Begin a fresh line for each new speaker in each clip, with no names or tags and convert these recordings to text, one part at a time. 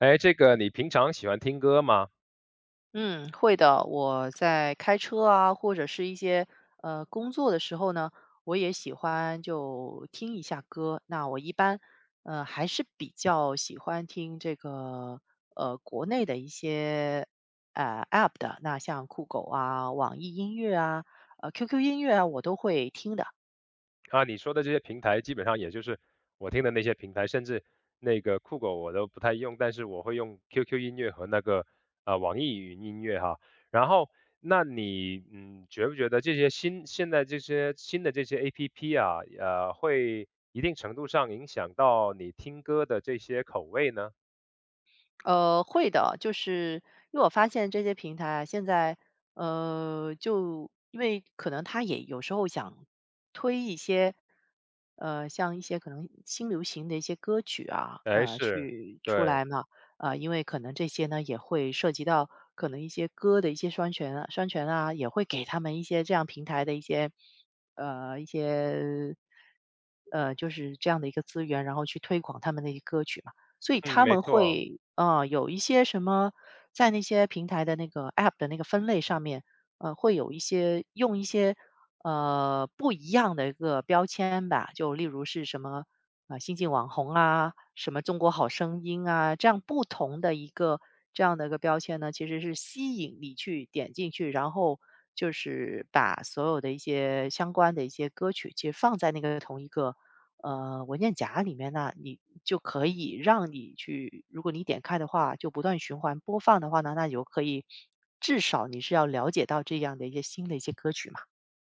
哎，这个你平常喜欢听歌吗？
嗯，会的。我在开车啊，或者是一些工作的时候呢，我也喜欢就听一下歌。那我一般还是比较喜欢听这个国内的一些App 的，那像酷狗啊、网易音乐啊、QQ 音乐啊，我都会听的。
啊，你说的这些平台基本上也就是我听的那些平台，甚至那个酷狗我都不太用，但是我会用 QQ 音乐和那个网易云音乐哈。然后，那你觉不觉得这些现在这些新的这些 APP 啊，会一定程度上影响到你听歌的这些口味呢？
会的，就是因为我发现这些平台啊，现在就因为可能他也有时候想推一些像一些可能新流行的一些歌曲啊，
哎，是，
去出
对，
来嘛。因为可能这些呢也会涉及到可能一些歌的一些授权啊、授权啊，也会给他们一些这样平台的一些呃一些就是这样的一个资源，然后去推广他们的一个歌曲嘛。所以
嗯，
他
没
们
错。
会有一些什么，在那些平台的那个 App 的那个分类上面，会有一些用一些不一样的一个标签吧，就例如是什么啊、新晋网红啊，什么中国好声音啊，这样不同的一个这样的一个标签呢，其实是吸引你去点进去，然后就是把所有的一些相关的一些歌曲，其实放在那个同一个。文件夹里面呢，你就可以让你去如果你点开的话，就不断循环播放的话呢，那就可以至少你是要了解到这样的一些新的一些歌曲嘛。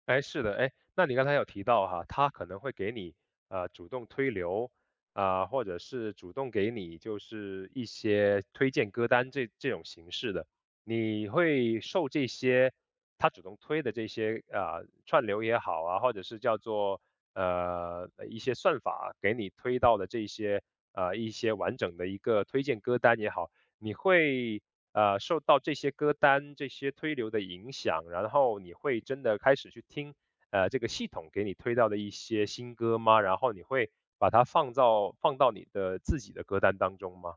哎，是的，哎，那你刚才有提到哈，他可能会给你啊主动推流啊、或者是主动给你就是一些推荐歌单这种形式的，你会受这些他主动推的这些啊、串流也好啊，或者是叫做一些算法给你推到的这些一些完整的一个推荐歌单也好，你会受到这些歌单、这些推流的影响，然后你会真的开始去听这个系统给你推到的一些新歌吗？然后你会把它放到你的自己的歌单当中吗？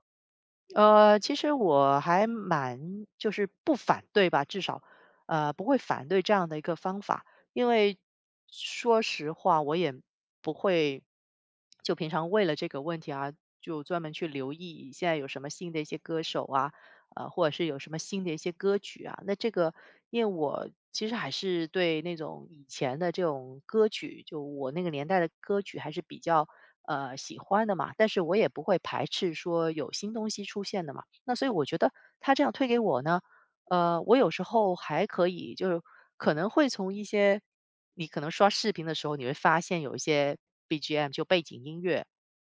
其实我还蛮就是不反对吧，至少，不会反对这样的一个方法。因为说实话，我也不会就平常为了这个问题啊，就专门去留意现在有什么新的一些歌手啊，或者是有什么新的一些歌曲啊。那这个，因为我其实还是对那种以前的这种歌曲，就我那个年代的歌曲还是比较喜欢的嘛，但是我也不会排斥说有新东西出现的嘛。那所以我觉得他这样推给我呢。我有时候还可以，就是可能会从一些你可能刷视频的时候，你会发现有一些 BGM 就背景音乐，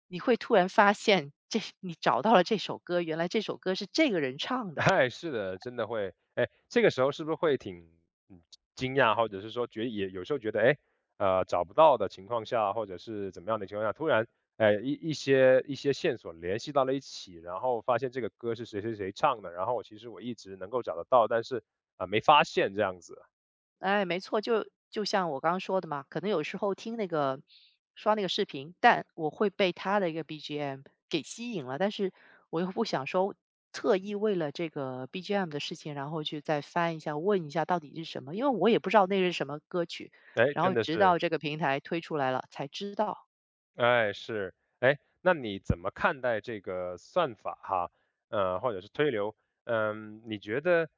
你会突然发现这你找到了这首歌，原来这首歌是这个人唱 的。
哎，是的，真的会。哎，这个时候是不是会挺嗯惊讶，或者是说觉也有时候觉得，哎，找不到的情况下，或者是怎么样的情况下，突然，哎，一些线索联系到了一起，然后发现这个歌是谁谁谁唱的，然后其实我一直能够找得到，但是啊，没发现这样子。
哎，没错，就像我刚刚说的嘛，可能有时候听那个刷那个视频，但我会被他的一个 BGM 给吸引了，但是我又不想说特意为了这个 BGM 的事情，然后去再翻一下问一下到底是什么，因为我也不知道那是什么歌曲，
哎，
然
真
后
的
直
是。
到这个平台推出来了才知道。
哎，是，哎，那你怎么看待这个算法哈？或者是推流？嗯，你觉得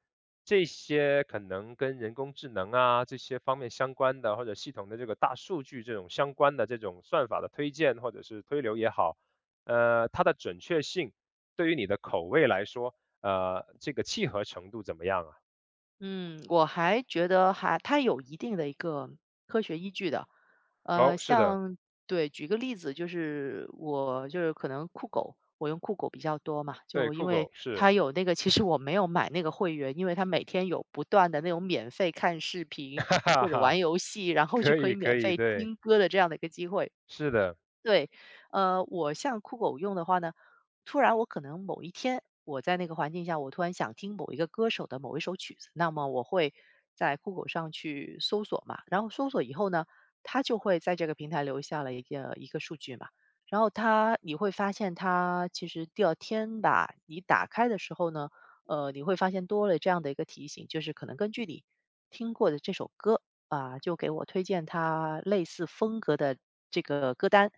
这些可能跟人工智能啊这些方面相关的，或者系统的这个大数据这种相关的这种算法的推荐或者是推流也好，它的准确性对于你的口味来说，这个契合程度怎么样啊？
嗯，我还觉得还它有一定的一个科学依据的，
哦，是的，
像对，举个例子，就是我就是可能酷狗，我用酷狗比较多嘛，
对，
就因
酷
为
狗是，
它有那个，其实我没有买那个会员，因为它每天有不断的那种免费看视 频
哈哈
或者
哈，
玩游戏，然后就
可
可以
以可
免
以，
费
对，
听歌的这样的一个机会。
是的，
对，我像酷狗用的话呢，突然我可能某一天我在那个环境下，我突然想听某一个歌手的某一首曲子，那么我会在酷狗上去搜索嘛，然后搜索以后呢，它就会在这个平台留下了一个数据嘛，然后它你会发现它其实第二天吧，你打开的时候呢，你会发现多了这样的一个提醒，就是可能根据你听过的这首歌啊，就给我推荐它类似风格的这个歌单。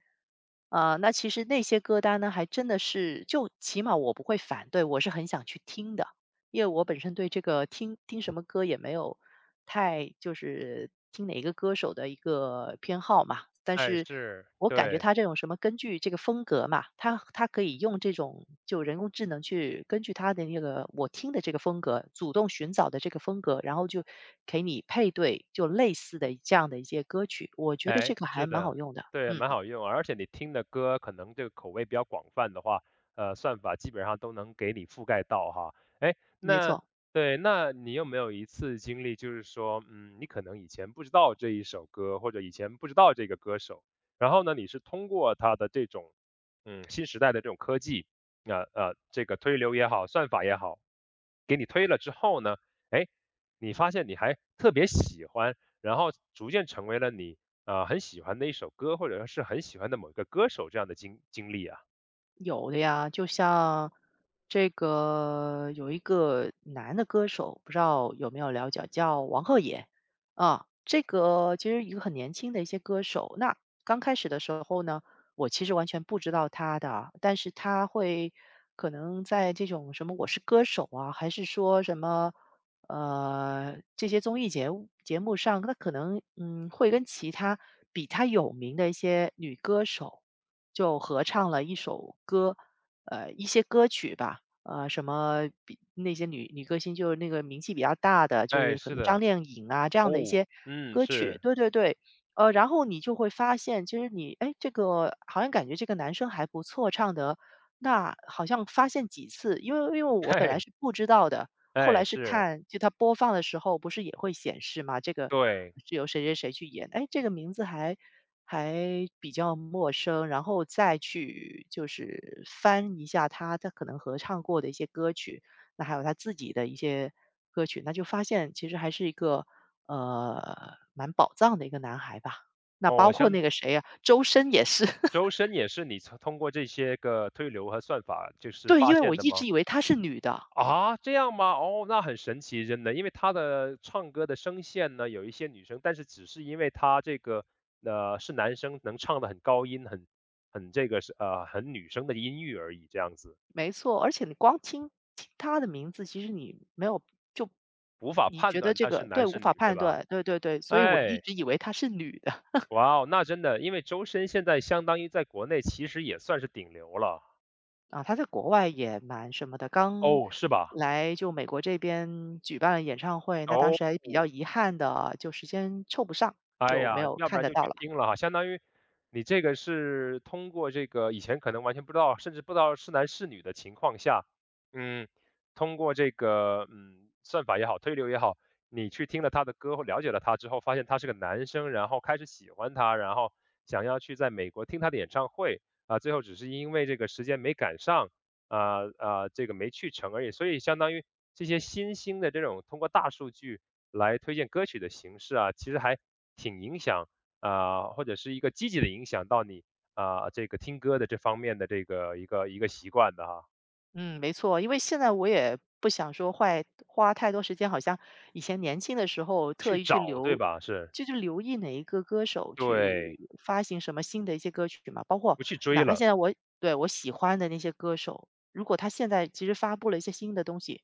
啊、那其实那些歌单呢，还真的是，就起码我不会反对，我是很想去听的，因为我本身对这个听听什么歌也没有太就是听哪一个歌手的一个偏好嘛。但
哎，
是
是，
我感觉
对。
他这种什么根据这个风格嘛，他可以用这种就人工智能去根据他的那个我听的这个风格，主动寻找的这个风格，然后就给你配对就类似的这样的一些歌曲，我觉得这
哎，
个还
是
蛮好
的，
用的。
对，
嗯，
蛮好用，而且你听的歌可能这个口味比较广泛的话，算法基本上都能给你覆盖到哈。哎，
没
那
错，
对，那你有没有一次经历，就是说，嗯，你可能以前不知道这一首歌，或者以前不知道这个歌手，然后呢，你是通过他的这种，嗯，新时代的这种科技，这个推流也好，算法也好，给你推了之后呢，哎，你发现你还特别喜欢。然后逐渐成为了你很喜欢的一首歌，或者是很喜欢的某一个歌手这样的经历啊。
有的呀。就像这个有一个男的歌手，不知道有没有了解，叫王鹤野啊。这个其实一个很年轻的一些歌手。那刚开始的时候呢，我其实完全不知道他的啊，但是他会可能在这种什么《我是歌手》啊，还是说什么这些综艺节目上，他可能嗯会跟其他比他有名的一些女歌手。就合唱了一首歌，一些歌曲吧，什么比那些女歌星，就是那个名气比较大的，就
哎，
是可
是
能
的，
张靓颖啊这样的一
哦，
些
嗯，
歌曲，
是，
对对对。然后你就会发现，其实你哎，这个好像感觉这个男生还不错，唱的，那好像发现几次，因为 我本来
哎，
是不知道的，后
哎，
来是
是，
看就它播放的时候不是也会显示嘛，这个
对，
是由谁谁谁去演，哎，这个名字还还比较陌生，然后再去就是翻一下他可能合唱过的一些歌曲，那还有他自己的一些歌曲，那就发现其实还是一个，蛮宝藏的一个男孩吧。那包
哦，
括那
像
个谁呀，周深也是。
周 深也是你从通过这些个推流和算法就是
对，
发
因为我
现的
一
吗？
直以为他是女的。
啊，这样吗？哦，那很神奇，真的，因为他的唱歌的声线呢，有一些女生，但是只是因为他这个是男生能唱的很高音，很这个是很女生的音域而已，这样子
没错，而且你光听听他的名字，其实你没有就
无法
你
判
觉得
断
这
他是
个对，
男
无
是
法
女，是
判
吧？
断，对对对，所以我一
哎，
直以为她是女的
哇哦，那真的，因为周深现在相当于在国内其实也算是顶流了，
啊。她在国外也蛮什么的，刚
哦，是吧？
来就美国这边举办了演唱会，那当
哦。
时还比较遗憾的啊，就时间凑不上，
哎
就
呀，
没有
要不
看
然
得
就
到
去
了。
听了哈，相当于你这个是通过这个以前可能完全不知道，甚至不知道是男是女的情况下，嗯，通过这个算法也好，推流也好，你去听了他的歌，了解了他之后，发现他是个男生，然后开始喜欢他，然后想要去在美国听他的演唱会啊，最后只是因为这个时间没赶上啊，这个没去成而已。所以相当于这些新兴的这种通过大数据。来推荐歌曲的形式啊，其实还挺影响啊、或者是一个积极的影响到你啊、这个听歌的这方面的这个一个习惯的哈，
嗯，没错，因为现在我也不想说坏花太多时间，好像以前年轻的时候特
去
意去
找对
留，
吧？是，
就是留意哪一个歌手
对，
去发行什么新的一些歌曲嘛，包括
不去
哪
追
怕
了，
现在我对我喜欢的那些歌手，如果他现在其实发布了一些新的东西，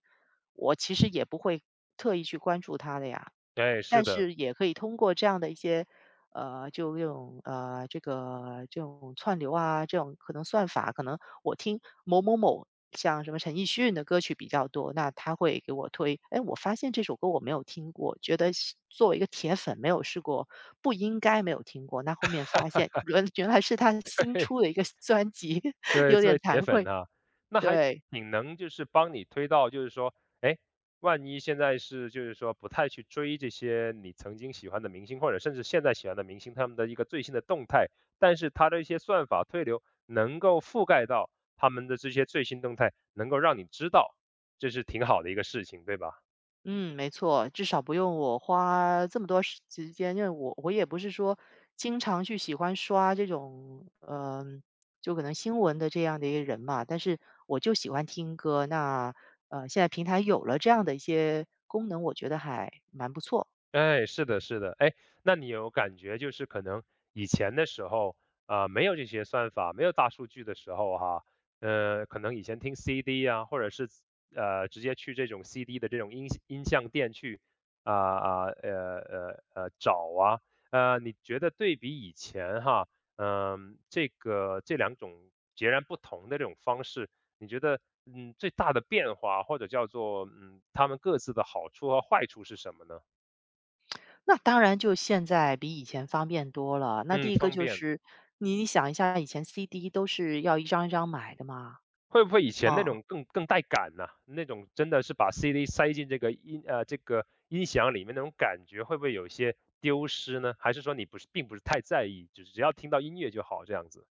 我其实也不会特意去关注他的呀。
哎，是
但
的，
是也可以通过这样的一些，就用这个这种串流啊，这种可能算法，可能我听某某某，像什么陈奕迅的歌曲比较多，那他会给我推，哎，我发现这首歌我没有听过，觉得是作为一个铁粉没有试过，不应该没有听过。那后面发现原来是他新出的 一个 专辑，
对，
有
作
点
为铁
惭
粉
愧，
哈，那还
对。
挺能就是帮你推到，就是说，哎，万一现在是就是说不太去追这些你曾经喜欢的明星，或者甚至现在喜欢的明星他们的一个最新的动态，但是他的一些算法推流能够覆盖到他们的这些最新动态，能够让你知道，这是挺好的一个事情，对吧？
嗯，没错，至少不用我花这么多时间，因为我也不是说经常去喜欢刷这种，嗯、就可能新闻的这样的一个人嘛。但是我就喜欢听歌，那现在平台有了这样的一些功能，我觉得还蛮不错。
哎，是的，是的，哎，那你有感觉就是可能以前的时候，啊、没有这些算法，没有大数据的时候哈，可能以前听 CD 啊，或者是直接去这种 CD 的这种音像店去啊啊呃找啊，你觉得对比以前哈，嗯、这个这两种截然不同的这种方式，你觉得最大的变化或者叫做他们各自的好处和坏处是什么呢？
那当然，就现在比以前方便多了。那
嗯，
第一个
方
就
便。
是你想一下，以前 CD 都是要一张一张买的嘛。
会不会以前那
啊、
种更带感呢？那种真的是把 CD 塞进这个这个音响里面那种感觉，会不会有一些丢失呢？还是说你不是并不是太在意，只是只要听到音乐就好这样子？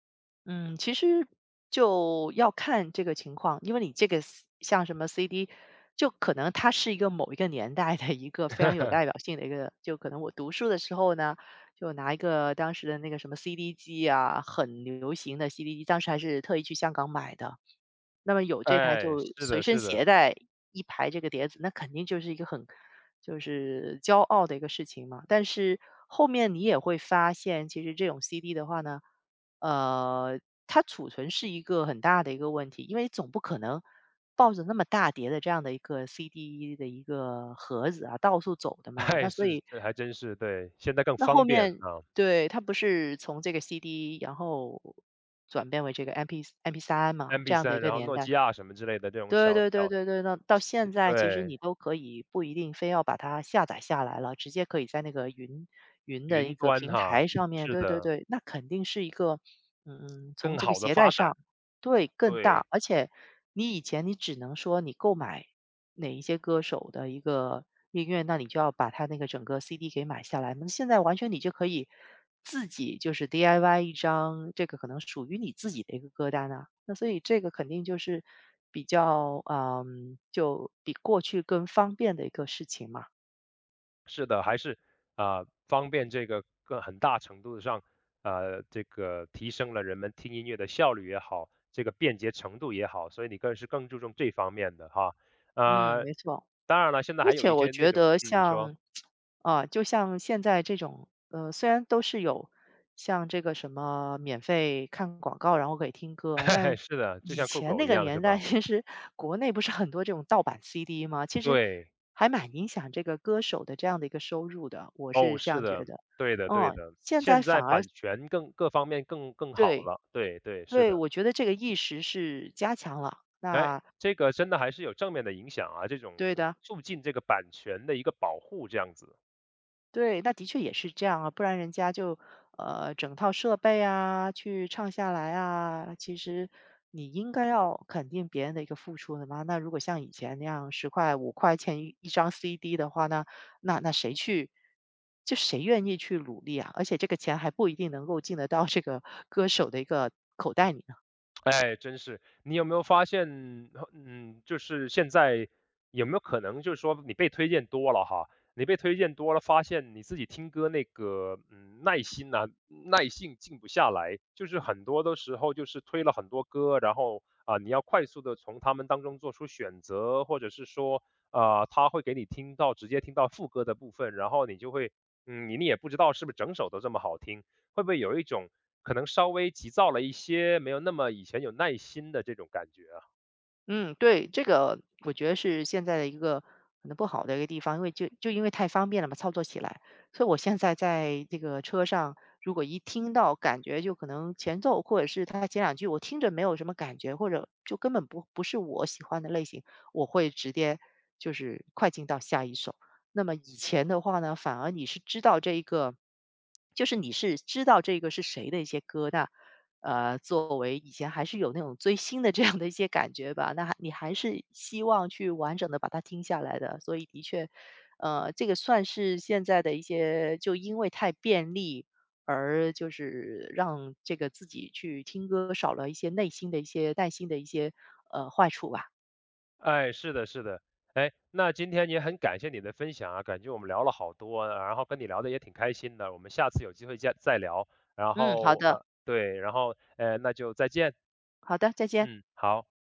嗯，其实就要看这个情况，因为你这个 像什么 CD，就可能它是一个某一个年代的一个非常有代 表性的一个，就可能我读书的时候呢，就拿一个当时的那个什么 CD 机啊，很流行的 CD 机，当时还是特意去香港买的，那么有这台
哎，
就
是
随
的，
身
是
携
的，
带一排这个碟子，那肯定就是一个很就是骄傲的一个事情嘛。但是后面你也会发现，其实这种 CD 的话呢，呃，它储存是一个很大的一个问题，因为总不可能抱着那么大叠的这样的一个 CD 的一个盒子啊，到处走的嘛。
哎，
那所
是，
以
这还真是，对，现在更
那后
方便
面
啊
对，它不是从这个 CD，然后转变为这个 MP3 嘛，
m
这
p
样的一
三，
个
然后
年
诺
代。
基亚什么之类的这种
对
小
对对
小，
对对，那到现在其实
对，
你都可以不一定非要把它下载下来了，直接可以在那个云的一
云
个
端
平台
哈，
上面，
是
对对
的，
对，那肯定是一个，从
更
这个
好的
携带
发展，
上，对，更
对。
大，而且你以前你只能说你购买哪一些歌手的一个音乐，那你就要把它那个整个 CD 给买下来，那现在完全你就可以自己就是 DIY 一张，这个可能属于你自己的一个歌单啊。那所以这个肯定就是比较，就比过去更方便的一个事情嘛。
是的，还是啊、方便这个更很大程度上，这个提升了人们听音乐的效率也好，这个便捷程度也好，所以你更是更注重这方面的哈。
嗯，
呃，
没错。
当然了，现在
而
还有
且
一
我
些那
觉
种，
得
嗯，你说，
像，就像现在这种，虽然都是有像这个什么免费看广告，然后可以听歌 啊，
嘿嘿
但
是的，就
以
像酷
前
狗
那
一
个
样是
年代，
吧？
其实国内不是很多这种盗版 CD 吗？其实
对，
还蛮影响这个歌手的这样的一个收入的，我
哦，
是这
是
样觉
的，
得。
对的，对
嗯，
的。
现
现
在
在
反而
版权更各方面更好
对。
了，对对，是
对，
的，
我觉得这个意识是加强了。
哎，
那
这个真的还是有正面的影响啊，这种
对的，
促进这个版权的一个保护，这样子。
对，那的确也是这样啊，不然人家就整套设备啊去唱下来啊，其实你应该要肯定别人的一个付出的嘛。那如果像以前那样十块五块钱一张 CD 的话呢，那谁去？就谁愿意去努力啊？而且这个钱还不一定能够进得到这个歌手的一个口袋里。
哎，真是。你有没有发现，就是现在有没有可能就是说你被推荐多了哈，你被推荐多了，发现你自己听歌那个，嗯，耐心呐、耐性静不下来，就是很多的时候就是推了很多歌，然后啊、你要快速的从他们当中做出选择，或者是说，啊，他会给你听到直接听到副歌的部分，然后你就会，嗯，你也不知道是不是整首都这么好听。会不会有一种可能稍微急躁了一些，没有那么以前有耐心的这种感觉啊？
嗯，对，这个我觉得是现在的一个可能不好的一个地方，因为就因为太方便了嘛，操作起来。所以我现在在这个车上，如果一听到感觉就可能前奏或者是他前两句我听着没有什么感觉，或者就根本不是我喜欢的类型，我会直接就是快进到下一首。那么以前的话呢，反而你是知道这一个，就是你是知道这个是谁的一些歌的，作为以前还是有那种追星的这样的一些感觉吧，那还你还是希望去完整的把它听下来的。所以的确，这个算是现在的一些就因为太便利，而就是让这个自己去听歌少了一些内心的一些耐心的一些，坏处吧。
哎，是的，是的。哎，那今天也很感谢你的分享啊，感觉我们聊了好多啊，然后跟你聊的也挺开心的，我们下次有机会再聊，然
嗯，好
后
的，
对，然后那就再见，
好的，再见。
嗯，好。